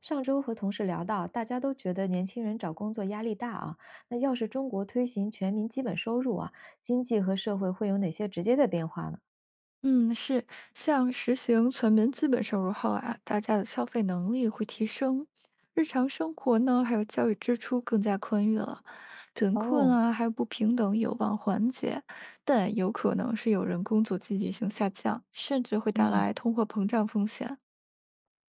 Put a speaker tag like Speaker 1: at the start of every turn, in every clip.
Speaker 1: 上周和同事聊到，大家都觉得年轻人找工作压力大啊。那要是中国推行全民基本收入啊，经济和社会会有哪些直接的变化呢？
Speaker 2: 嗯，是，像实行全民基本收入后啊，大家的消费能力会提升，日常生活呢，还有教育支出更加宽裕了，贫困
Speaker 1: 哦，
Speaker 2: 啊，还有不平等有望缓解，但有可能是有人工作积极性下降，甚至会带
Speaker 1: 嗯，
Speaker 2: 来通货膨胀风险。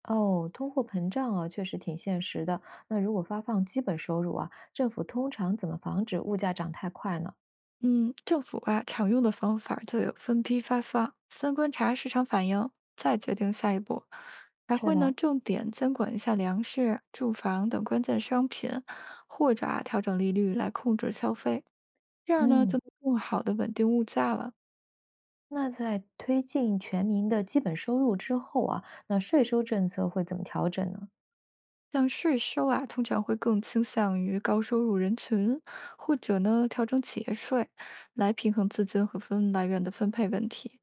Speaker 1: 哦，通货膨胀啊，确实挺现实的。那如果发放基本收入啊，政府通常怎么防止物价涨太快呢？
Speaker 2: 嗯，政府啊常用的方法儿就有分批发放，先观察市场反应，再决定下一步。还
Speaker 1: 是
Speaker 2: 会呢
Speaker 1: 的，
Speaker 2: 重点监管一下粮食、住房等关键商品，或者啊调整利率来控制消费，这样呢
Speaker 1: 嗯。
Speaker 2: 就能更好的稳定物价了。
Speaker 1: 那在推进全民的基本收入之后啊，那税收政策会怎么调整呢？
Speaker 2: 像税收啊，通常会更倾向于高收入人群，或者呢调整企业税，来平衡资金和分来源的分配问题。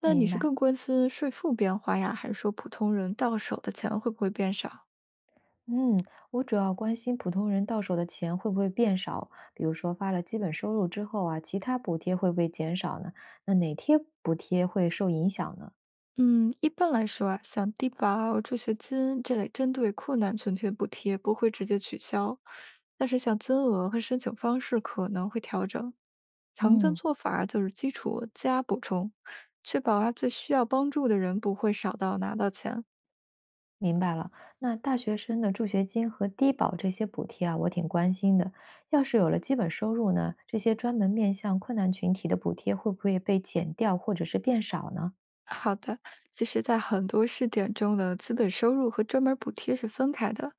Speaker 2: 那你
Speaker 1: 明
Speaker 2: 是
Speaker 1: 白。
Speaker 2: 更关心税负变化呀，还是说普通人到手的钱会不会变少？
Speaker 1: 嗯，我主要关心普通人到手的钱会不会变少，比如说发了基本收入之后啊，其他补贴会不会减少呢？那哪些补贴会受影响呢？
Speaker 2: 嗯，一般来说啊，像低保、助学金这类针对困难群体的补贴不会直接取消，但是像金额和申请方式可能会调整。常见
Speaker 1: 嗯，
Speaker 2: 做法儿就是基础加补充，确保啊最需要帮助的人不会少到拿到钱。
Speaker 1: 明白了。那大学生的助学金和低保这些补贴啊，我挺关心的。要是有了基本收入呢，这些专门面向困难群体的补贴会不会被减掉或者是变少呢？
Speaker 2: 好的，其实，在很多试点中的资本收入和专门补贴是分开的。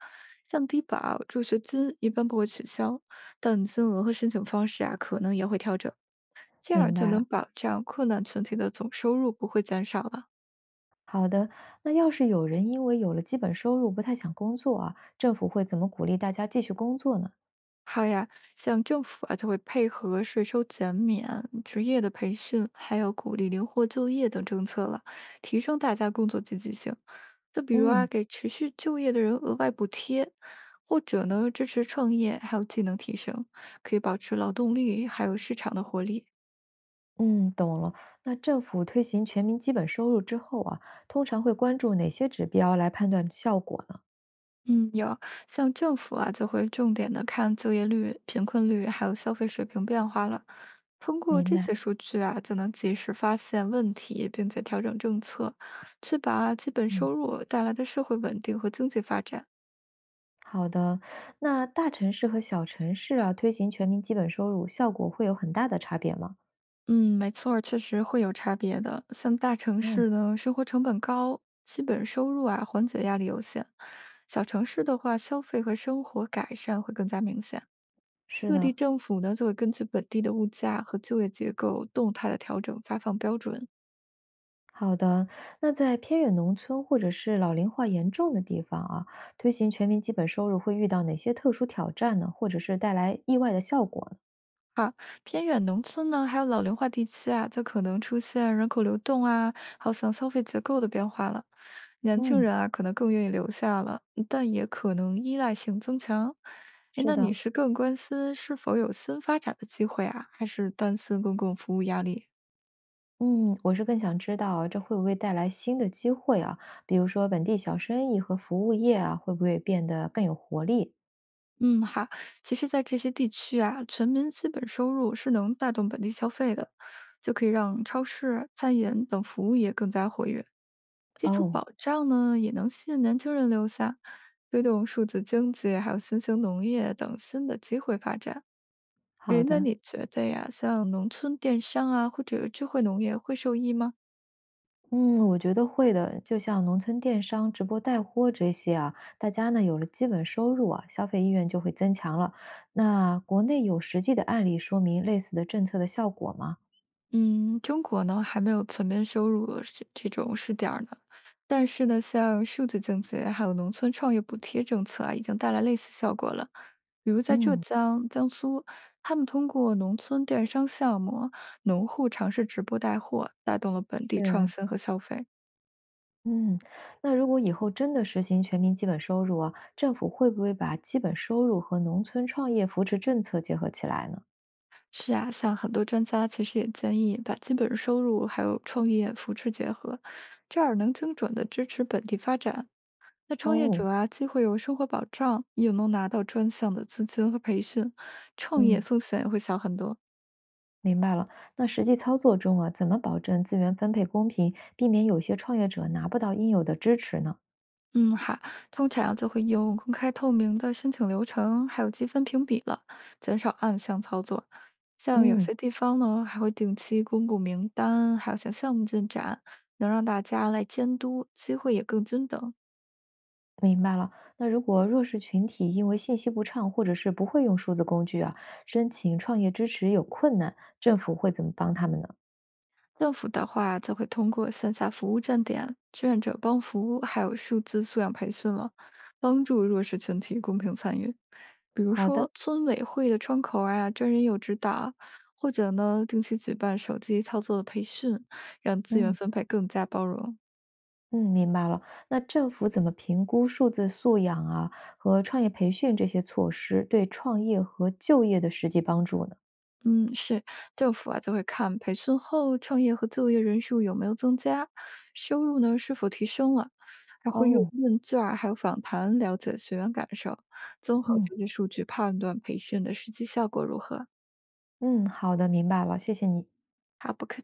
Speaker 2: 像低保、助学金一般不会取消，但金额和申请方式啊，可能也会调整，这样
Speaker 1: 明
Speaker 2: 就
Speaker 1: 白了。
Speaker 2: 能保障困难群体的总收入不会减少了。
Speaker 1: 好的，那要是有人因为有了基本收入不太想工作啊，政府会怎么鼓励大家继续工作呢？
Speaker 2: 好呀，像政府啊，就会配合税收减免、职业的培训，还有鼓励灵活就业等政策了，提升大家工作积极性。就比如啊，
Speaker 1: 嗯
Speaker 2: 给持续就业的人额外补贴，或者呢支持创业，还有技能提升，可以保持劳动力还有市场的活力。
Speaker 1: 嗯，懂了。那政府推行全民基本收入之后啊，通常会关注哪些指标来判断效果呢？
Speaker 2: 嗯，有，像政府啊，就会重点的看就业率、贫困率，还有消费水平变化了。通过
Speaker 1: 明
Speaker 2: 这
Speaker 1: 白。
Speaker 2: 些数据啊，就能及时发现问题，并且调整政策，确保基本
Speaker 1: 嗯，
Speaker 2: 收入带来的社会稳定和经济发展。
Speaker 1: 好的。那大城市和小城市啊，推行全民基本收入，效果会有很大的差别吗？
Speaker 2: 嗯，没错儿确实会有差别的。像大城
Speaker 1: 哦，
Speaker 2: 市呢，生活成本高，基本收入啊，缓解压力有限；小城市的话，消费和生活改善会更加明显。
Speaker 1: 是
Speaker 2: 各地
Speaker 1: 的，
Speaker 2: 政府呢就会根据本地的物价和就业结构动态的调整发放标准。
Speaker 1: 好的。那在偏远农村或者是老龄化严重的地方啊，推行全民基本收入会遇到哪些特殊挑战呢？或者是带来意外的效果呢？
Speaker 2: 啊，偏远农村呢，还有老龄化地区啊，就可能出现人口流动啊，还有像消费结构的变化了。年轻
Speaker 1: 嗯，
Speaker 2: 人啊，可能更愿意留下了，但也可能依赖性增强。哎，
Speaker 1: 是
Speaker 2: 那你
Speaker 1: 的。
Speaker 2: 是更关心是否有新发展的机会啊，还是担心公共服务压力？
Speaker 1: 嗯，我是更想知道这会不会带来新的机会啊？比如说本地小生意和服务业啊，会不会变得更有活力？
Speaker 2: 嗯，好。其实，在这些地区啊，全民基本收入是能带动本地消费的，就可以让超市、餐饮等服务业更加活跃。基础
Speaker 1: 哦，
Speaker 2: 保障呢，也能吸引年轻人留下，推动数字经济还有新型农业等新的机会发展。诶，
Speaker 1: 好
Speaker 2: 那
Speaker 1: 的，
Speaker 2: 你觉得呀，像农村电商啊，或者智慧农业会受益吗？
Speaker 1: 嗯，我觉得会的。就像农村电商、直播带货这些啊，大家呢有了基本收入啊，消费意愿就会增强了。那国内有实际的案例说明类似的政策的效果吗？
Speaker 2: 嗯，中国呢还没有全面收入是这种试点儿呢，但是呢，像数字经济还有农村创业补贴政策啊，已经带来类似效果了。比如在浙
Speaker 1: 嗯，
Speaker 2: 江、江苏，他们通过农村电商项目，农户尝试直播带货，带动了本地
Speaker 1: 是
Speaker 2: 创
Speaker 1: 啊。
Speaker 2: 新和消费。
Speaker 1: 嗯，那如果以后真的实行全民基本收入啊，政府会不会把基本收入和农村创业扶持政策结合起来呢？
Speaker 2: 是啊，像很多专家其实也建议把基本收入还有创业扶持结合，这样能精准的支持本地发展。那创业
Speaker 1: 哦，
Speaker 2: 者啊，既会有生活保障，又能拿到专项的资金和培训，创业
Speaker 1: 嗯，
Speaker 2: 风险也会小很多。
Speaker 1: 明白了。那实际操作中啊，怎么保证资源分配公平，避免有些创业者拿不到应有的支持呢？
Speaker 2: 嗯，好，通常啊就会用公开透明的申请流程，还有积分评比了，减少暗箱操作。像有
Speaker 1: 嗯，
Speaker 2: 些地方呢，还会定期公布名单，还有像项目进展，能让大家来监督，机会也更均等。
Speaker 1: 明白了。那如果弱势群体因为信息不畅或者是不会用数字工具啊，申请创业支持有困难，政府会怎么帮他们呢？
Speaker 2: 政府的话，则会通过线下服务站点、志愿者帮扶，还有数字素养培训了，帮助弱势群体公平参与。比如
Speaker 1: 好的，
Speaker 2: 说村委会的窗口啊，专人有指导，或者呢，定期举办手机操作的培训，让资源
Speaker 1: 嗯。
Speaker 2: 分配更加包容。
Speaker 1: 嗯，明白了。那政府怎么评估数字素养啊和创业培训这些措施对创业和就业的实际帮助呢？
Speaker 2: 嗯，是，政府啊就会看培训后创业和就业人数有没有增加，收入呢是否提升了，还会用
Speaker 1: 哦，
Speaker 2: 问卷儿还有访谈了解学员感受，综合
Speaker 1: 嗯。
Speaker 2: 这些数据判断培训的实际效果如何。
Speaker 1: 嗯，好的，明白了，谢谢你。
Speaker 2: 好，不客气。